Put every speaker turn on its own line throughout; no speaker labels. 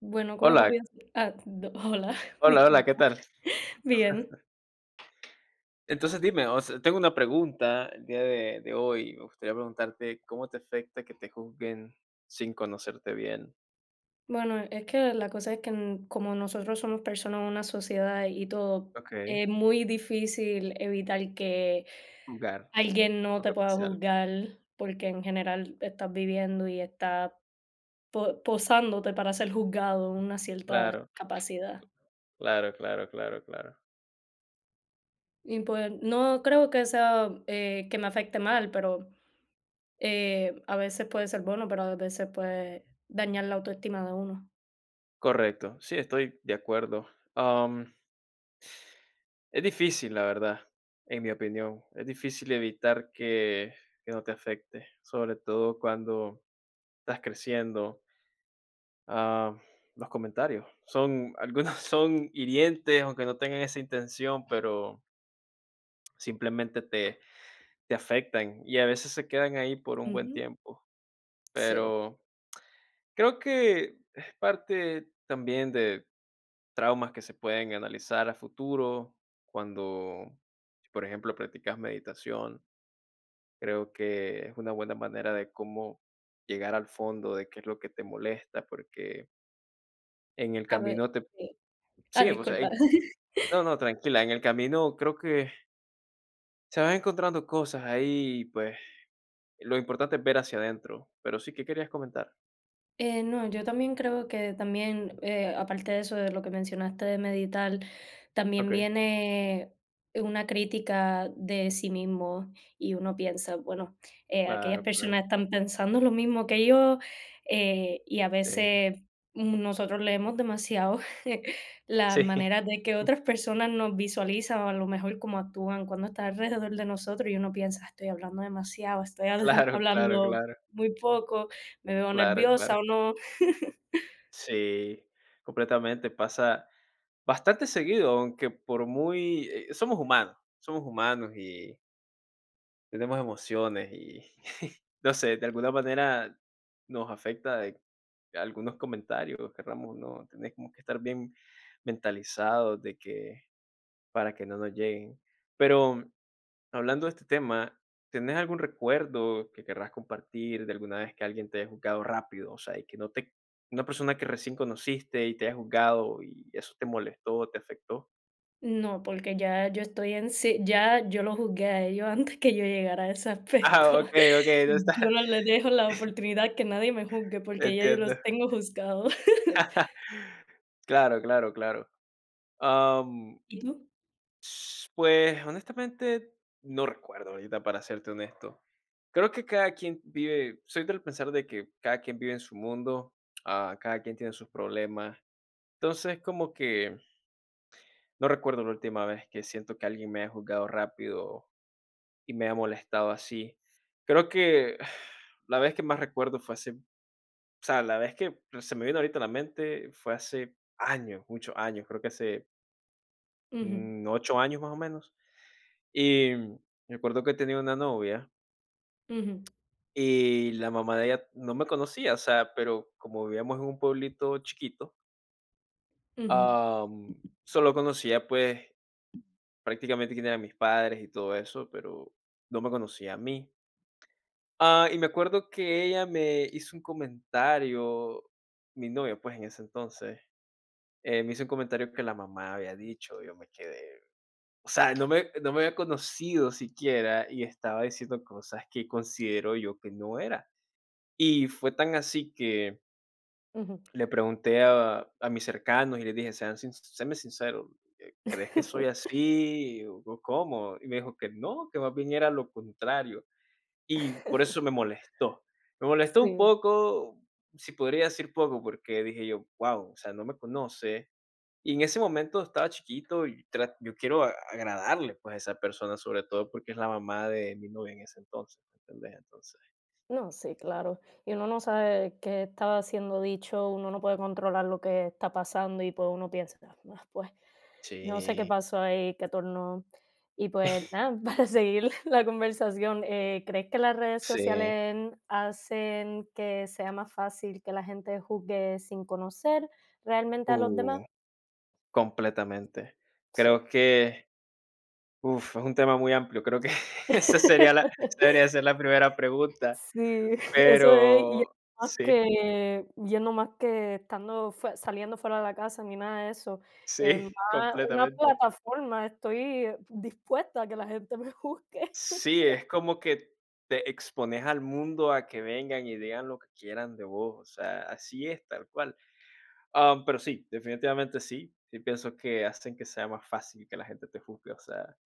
Bueno, ¿como tú
Hola,
piensas? Hola,
hola, hola,
disculpa.
¿qué tal?
Bien.
Entonces dime, o sea, tengo una pregunta el día de hoy. Me gustaría preguntarte cómo te afecta que te juzguen sin conocerte bien.
Bueno, es que la cosa es que como nosotros somos personas de una sociedad y todo,
Ok,
es muy difícil evitar que
juzgar
alguien no
o
te
que
pueda
pase algo.
juzgar, porque en general estás viviendo y estás posándote para ser juzgado en una cierta
Claro,
capacidad.
claro, claro, claro, claro.
Y pues no creo que sea que me afecte mal, pero a veces puede ser bueno, pero a veces puede dañar la autoestima de uno.
Correcto, sí, estoy de acuerdo. Am, es difícil, la verdad, en mi opinión. Es difícil evitar que no te afecte, sobre todo cuando estás creciendo. Ah, los comentarios son algunos son hirientes, aunque no tengan esa intención, pero simplemente te afectan y a veces se quedan ahí por un buen
Ujú.
tiempo.
Sì,
Pero creo que es parte también de traumas que se pueden analizar a futuro cuando, si, por ejemplo, practicas meditación. Creo que es una buena manera de cómo llegar al fondo de qué es lo que te molesta, porque en el
vabbè,
camino te
sì. Ah,
sí, o sea,
discolpa.
no, no, tranquila, en el camino creo que se van encontrando cosas ahí, pues lo importante es ver hacia adentro. Pero sí, ¿qué querías comentar?
No, yo también creo que también, aparte de eso, de lo que mencionaste de meditar, también
Okey,
viene una crítica de sí mismo y uno piensa, bueno, aquellas
claro, claro.
personas están pensando lo mismo que yo, y a
Sí,
veces nosotros leemos demasiado las
sí,
maneras de que otras personas nos visualizan o a lo mejor cómo actúan cuando están alrededor de nosotros y uno piensa, estoy hablando demasiado, estoy
claro, claro,
hablando
claro,
muy poco, me veo
claro,
nerviosa
claro.
o no.
Sí, completamente, pasa bastante seguido, aunque por muy somos humanos y tenemos emociones y no sé, de alguna manera nos afecta de algunos comentarios, querramos o no, tenés como que estar bien mentalizados de que para que no nos lleguen. Pero hablando de este tema, ¿tenés algún recuerdo que querrás compartir de alguna vez que alguien te haya juzgado rápido? O sea, y que no te una persona que recién conociste y te haya juzgado y eso te molestó, te afectó.
No, porque ya yo estoy en sí, ya yo lo juzgué a ellos antes que yo llegara a ese
Ah,
aspecto.
okey, okey, no
Yo
está
no les dejo la oportunidad que nadie me juzgue porque ya yo los
entiendo.
tengo juzgados.
Claro, claro, claro. Am,
¿Y tú?
pues, honestamente, no recuerdo ahorita, para serte honesto. Creo que cada quien vive soy del pensar de que cada quien vive en su mundo, ah, cada quien tiene sus problemas. Entonces, como que no recuerdo la última vez que siento que alguien me haya juzgado rápido y me haya molestado así. Creo que la vez que más recuerdo fue hace, o sea, la vez que se me vino ahorita a la mente fue hace años, muchos años, creo que hace,
Ujú,
mm, 8 años más o menos. Y recuerdo que tenía una novia
ujú,
y la mamá de ella no me conocía, o sea, pero como vivíamos en un pueblito chiquito,
ujú.
solo conocía, pues, prácticamente quién eran mis padres y todo eso, pero no me conocía a mí. Ah, y me acuerdo que ella me hizo un comentario, mi novia, pues, en ese entonces, me hizo un comentario que la mamá había dicho, yo me quedé, o sea, no me había conocido siquiera y estaba diciendo cosas que considero yo que no era. Y fue tan así que
Ujú.
le pregunté a mis cercanos y les dije: "Sean sin Séanme sincero, ¿crees que
Ujú.
soy así o cómo?". Y me dijo que no, que más bien era lo contrario. Y por eso me molestó. Me molestó un
Sí.
poco, si podría decir poco, porque dije yo: "Wow, o sea, no me conoce". Y en ese momento estaba chiquito y tra yo quiero a agradarle, pues, a esa persona, sobre todo porque es la mamá de mi novia en ese entonces, ¿me entendés? Entonces
No, sí, claro. Y uno no sabe qué estaba siendo dicho, uno no puede controlar lo que está pasando y pues uno piensa: "Ah, ah, pues yo no sé qué
sí,
pasó ahí, qué tornó". Y pues nada, para seguir la conversación, ¿crees que las redes
sí.
sociales hacen que sea más fácil que la gente juzgue sin conocer realmente a los demás?
Uh. Completamente.
Sí.
Creo que, uf, es un tema muy amplio. Creo que esa sería la esa debería ser la primera pregunta,
Sí, eso es, y es
pero
más
sí,
que, y es no más que estando fue saliendo fuera de la casa ni nada de eso. En
sí,
más una
completamente.
plataforma, estoy dispuesta a que la gente me busque.
Sí, es como que te expones al mundo a que vengan y digan lo que quieran de vos, o sea, así es, tal cual. Ah, pero sí, definitivamente sí. Sí pienso que hacen que sea más fácil que la gente te juzgue, o sea,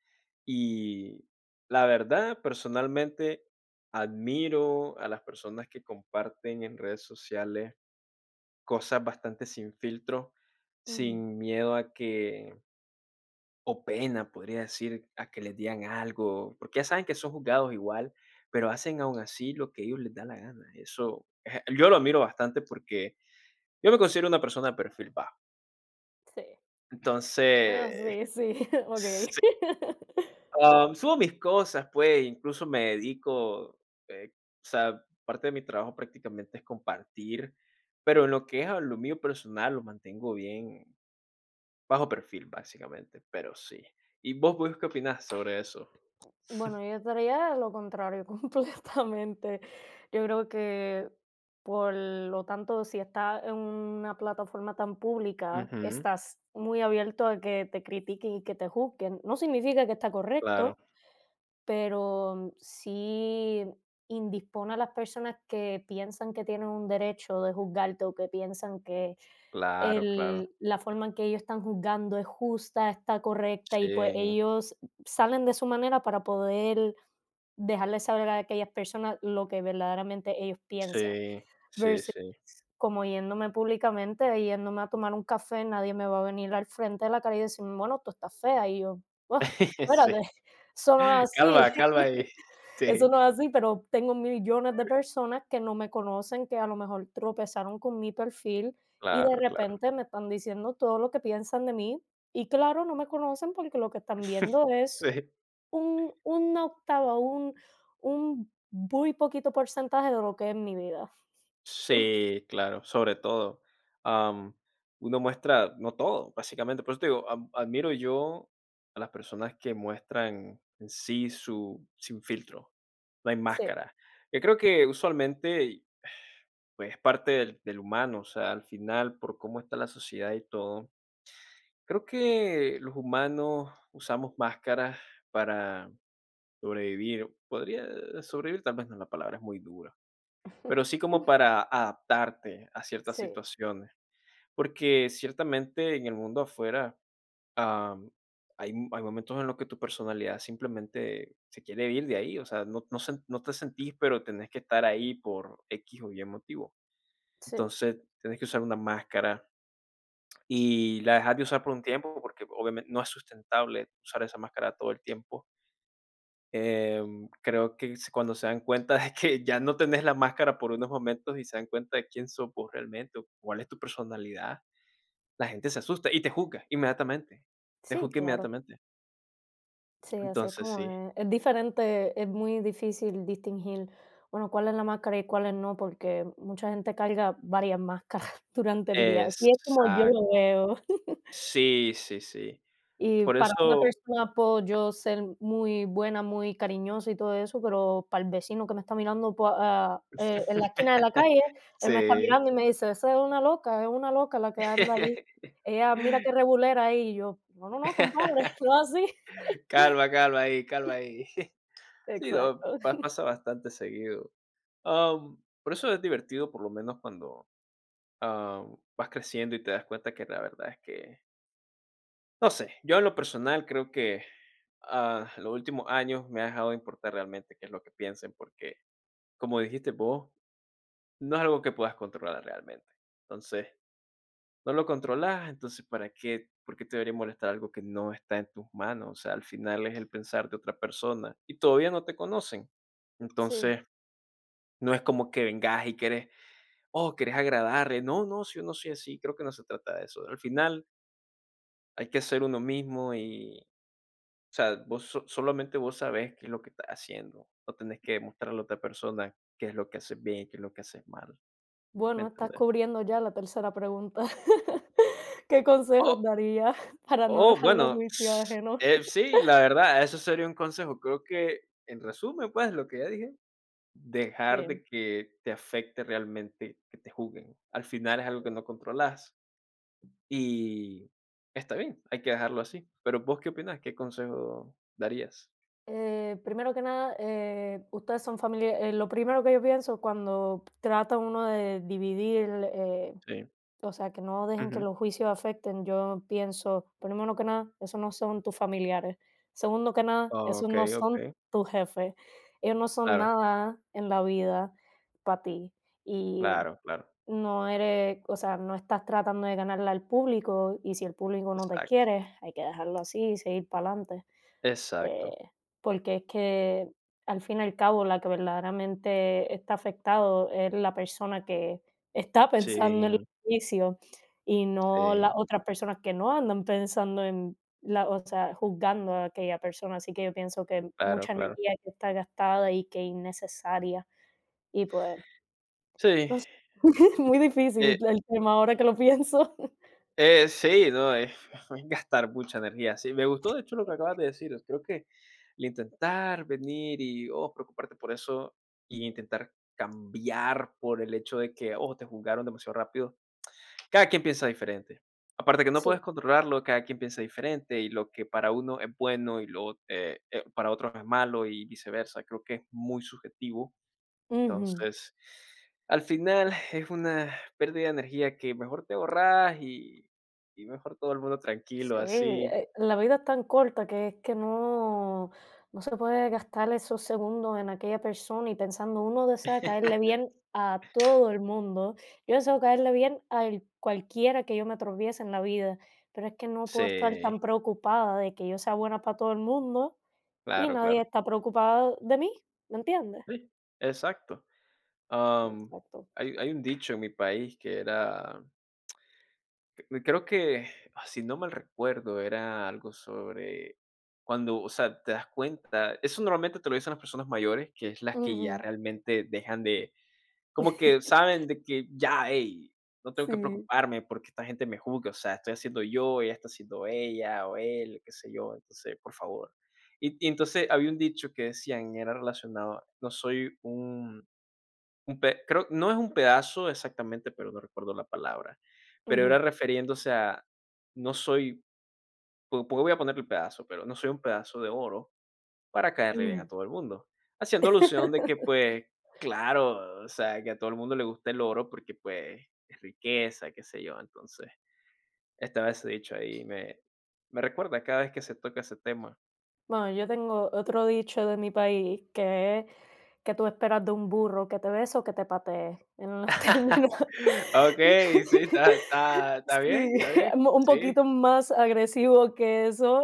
y la verdad, personalmente, admiro a las personas que comparten en redes sociales cosas bastante sin filtro,
Ujú,
sin miedo a que, o pena, podría decir, a que les digan algo, porque ya saben que son juzgados igual, pero hacen aún así lo que ellos les da la gana. Eso, yo lo admiro bastante porque yo me considero una persona de perfil bajo.
sí. Ah,
Entonces,
sí, sí, okey.
Subo mis cosas, pues, incluso me dedico, o sea, parte de mi trabajo prácticamente es compartir, pero en lo que es a lo mío personal, lo mantengo bien bajo perfil, básicamente, pero sí. ¿Y vos qué opinás sobre eso?
Bueno, yo estaría lo contrario completamente. Yo creo que, por lo tanto, si estás en una plataforma tan pública,
Ujú.
estás muy abierto a que te critiquen y que te juzguen. No significa que está
Claro,
correcto, pero sí indispone a las personas que piensan que tienen un derecho de juzgarte o que piensan que
claro, claro.
la forma en que ellos están juzgando es justa, está correcta y pues
Sí,
ellos salen de su manera para poder dejarles saber a aquellas personas lo que verdaderamente ellos piensan,
sí, sí,
versus
sí.
como yéndome públicamente, yéndome a tomar un café, nadie me va a venir al frente de la cara y decirme: "Bueno, tú estás fea", y yo: "Oh, espérate,
Sí.
eso no es así,
Calma, calma y
eso
sí,
no es así", pero tengo millones de personas que no me conocen, que a lo mejor tropezaron con mi perfil y de
claro, claro.
repente me están diciendo todo lo que piensan de mí, y claro, no me conocen porque lo que están viendo es
Sí.
un una octava, un muy poquito porcentaje de lo que es mi vida.
Sí, claro, sobre todo. Am, Uno muestra, no todo, básicamente. Por eso te digo, admiro yo a las personas que muestran en sí su sin filtro, no hay
Sí.
máscara. Yo creo que usualmente pues, es parte del humano, o sea, al final, por cómo está la sociedad y todo. Creo que los humanos usamos máscaras para sobrevivir. Podría sobrevivir, tal vez no, la palabra es muy dura, pero sí como para adaptarte a ciertas
Sí,
situaciones, porque ciertamente en el mundo afuera, am, hay hay momentos en los que tu personalidad simplemente se quiere ir de ahí, o sea, no te sentís, pero tenés que estar ahí por X o Y motivo.
sí,
Entonces, tenés que usar una máscara y la dejas de usar por un tiempo, porque obviamente no es sustentable usar esa máscara todo el tiempo. Creo que s cuando se dan cuenta de que ya no tenés la máscara por unos momentos y se dan cuenta de quién sos vos realmente, o cuál es tu personalidad, la gente se asusta y te juzga inmediatamente, te
sí,
juzga
claro.
inmediatamente.
Sí, así es
Entonces
como
sí,
es. Es diferente, es muy difícil distinguir, bueno, cuál es la máscara y cuál es no, porque mucha gente carga varias máscaras durante el día. Así es como yo
exacto.
lo veo.
Sí, sí, sí.
Y
Por
para una
eso
persona puedo yo ser muy buena, muy cariñosa y todo eso, pero para el vecino que me está mirando po en la esquina de la calle, él me está
sí.
mirando y me dice: "Esa es una loca la que anda ahí. Ella mira qué rebulera ahí", y yo: "No, no, no, compadre, no así".
Calma, calma ahí, calma ahí. Sí, no,
Exacto.
pa pasa bastante seguido. Por eso es divertido, por lo menos cuando ah, vas creciendo y te das cuenta que la verdad es que, no sé, yo en lo personal creo que ah, los últimos años me ha dejado de importar realmente qué es lo que piensen, porque como dijiste vos, no es algo que puedas controlar realmente. Entonces, no lo controlas, entonces ¿para qué? ¿Por qué te debería molestar algo que no está en tus manos? O sea, al final es el pensar de otra persona y todavía no te conocen.
Sí.
Entonces, no es como que vengas y querés agradarle. No, no, si yo no soy así, creo que no se trata de eso. Al final, hay que ser uno mismo y, o sea, vos solamente vos sabés qué es lo que estás haciendo. No tenés que mostrarle a otra persona qué es lo que haces bien, qué es lo que haces mal, ¿me
Bueno, estás
entendés?
cubriendo ya la tercera pregunta. ¿Qué consejos
Oh
darías para no
oh,
dejar los
bueno,
juicios ajenos?
sí, la verdad, eso sería un consejo. Creo que, en resumen, pues, lo que ya dije, dejar
Sí.
de que te afecte realmente que te juzguen. Al final es algo que no controlas y está bien, hay que dejarlo así. Pero, ¿vos qué opinas? ¿Qué consejo darías?
Primero que nada, ustedes son familia. Lo primero que yo pienso cuando trata uno de dividir,
Sí,
o sea, que no dejen que
ujú.
los juicios afecten, yo pienso, primero que nada, esos no son tus familiares. Segundo que nada, esos no
Okey,
son
okey.
tus jefes. Ellos no son
Claro,
nada en la vida para ti. Y
claro, claro.
no eres, o sea, no estás tratando de ganarle al público. Y si el público no te
Exacto,
quiere, hay que dejarlo así y seguir para adelante, eh,
exacto.
porque es que al fin y al cabo la que verdaderamente está afectado es la persona que está pensando en los
Sí,
juicios y no las
sí,
otras personas que no andan pensando en la, o sea, juzgando a aquella persona. Así que yo pienso que
claro,
mucha
claro.
energía que está gastada y que innecesaria. Y pues,
Sí,
no sé, muy difícil
eh,
el tema ahora que lo pienso.
sí, no, es gastar mucha energía. Sí, me gustó de hecho lo que acabas de decir. Creo que el intentar venir y, oh, preocuparte por eso y intentar cambiar por el hecho de que, oh, te juzgaron demasiado rápido, cada quien piensa diferente. Aparte que no
Sí.
puedes controlarlo, cada quien piensa diferente y lo que para uno es bueno y lo para otros es malo y viceversa. Creo que es muy subjetivo.
Ujú.
Entonces, al final es una pérdida de energía que mejor te ahorras y mejor todo el mundo tranquilo,
Sí,
así.
la vida es tan corta que es que no, no se puede gastar esos segundos en aquella persona y pensando, uno desea caerle bien a todo el mundo. Yo deseo caerle bien a cualquiera que yo me tropiece en la vida, pero es que no puedo estar tan
Sí,
preocupada de que yo sea buena para todo el mundo y
claro,
nadie
claro.
está preocupado de mí, ¿me entiendes?
Sí, exacto. Am,
Exacto.
hay un dicho en mi país que era creo que, ah, si no mal recuerdo, era algo sobre cuando, o sea, te das cuenta, eso normalmente te lo dicen las personas mayores, que es las que ya
Ujú.
realmente dejan de, como que saben de que ya, hey, no tengo que
Sí.
preocuparme porque esta gente me juzga, o sea, estoy haciendo yo, ella está haciendo ella o él, qué sé yo, entonces, por favor. Y entonces había un dicho que decían, era relacionado, no soy un pe creo no es un pedazo exactamente, pero no recuerdo la palabra, pero era
Ujú,
refiriéndose a no soy, po po voy a ponerle pedazo, pero no soy un pedazo de oro para caerle bien a
ujú.
todo el mundo, haciendo alusión de que, pues, claro, o sea, que a todo el mundo le gusta el oro porque, pues, es riqueza, qué sé yo, entonces, estaba ese dicho ahí, me recuerda cada vez que se toca ese tema.
Bueno, yo tengo otro dicho de mi país que es que tú esperas de un burro que te bese o que te patee en los términos.
Okey, sí, está está está
Sí,
bien, está bien,
un
sí.
poquito más agresivo que eso.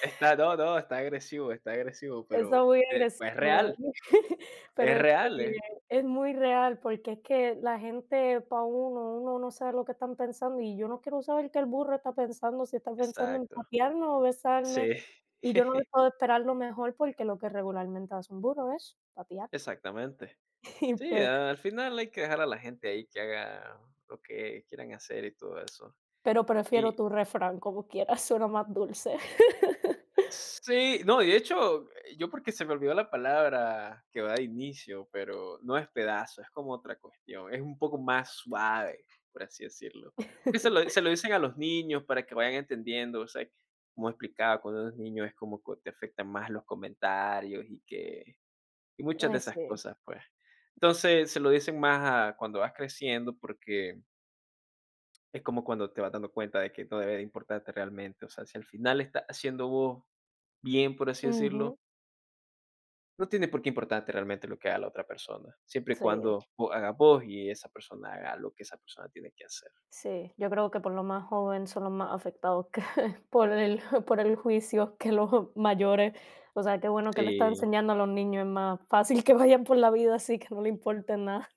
Está no, no, está agresivo,
Está
pero,
muy agresivo, pero
es
es
real,
que es muy real, porque es que la gente para uno, uno no sabe lo que están pensando, y yo no quiero saber qué el burro está pensando, si está pensando en
exacto.
patearme o besarme,
Sí,
y yo no le puedo esperar lo mejor, porque lo que regularmente hace un burro es patear,
exactamente.
y
Sí,
pues
al final hay que dejar a la gente ahí que haga lo que quieran hacer y todo eso.
pero prefiero
Y
tu refrán como quieras, suena más dulce.
sí, no, y de hecho, yo porque se me olvidó la palabra que va de inicio, pero no es pedazo, es como otra cuestión, es un poco más suave, por así decirlo. Porque se lo, se lo dicen a los niños para que vayan entendiendo, o sea, como explicaba, cuando los niños es como que te afectan más los comentarios y muchas de
Ay,
esas
sí.
cosas, pues. Entonces, se lo dicen más a cuando vas creciendo porque es como cuando te vas dando cuenta de que no debe de importarte realmente, o sea, si al final estás haciendo vos bien, por así
Ujú,
decirlo, no tiene por qué importarte realmente lo que haga la otra persona, siempre y
sí.
cuando vos hagas vos y esa persona haga lo que esa persona tiene que hacer.
Sí, yo creo que por lo más joven son los más afectados que por el juicio que los mayores. O sea, qué bueno que le está
Sí,
enseñando a los niños, es más fácil que vayan por la vida así, que no le importe nada.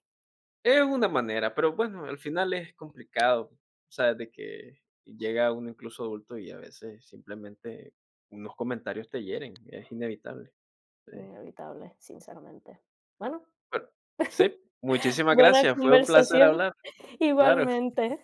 es una manera, pero bueno, al final es complicado, o sea, de que llega uno incluso adulto y a veces simplemente unos comentarios te hieren, es inevitable. Sí,
Inevitable, sinceramente. Bueno,
bueno, sí, muchísimas
buena
gracias, fue un placer
conversación,
hablar, claro.
igualmente.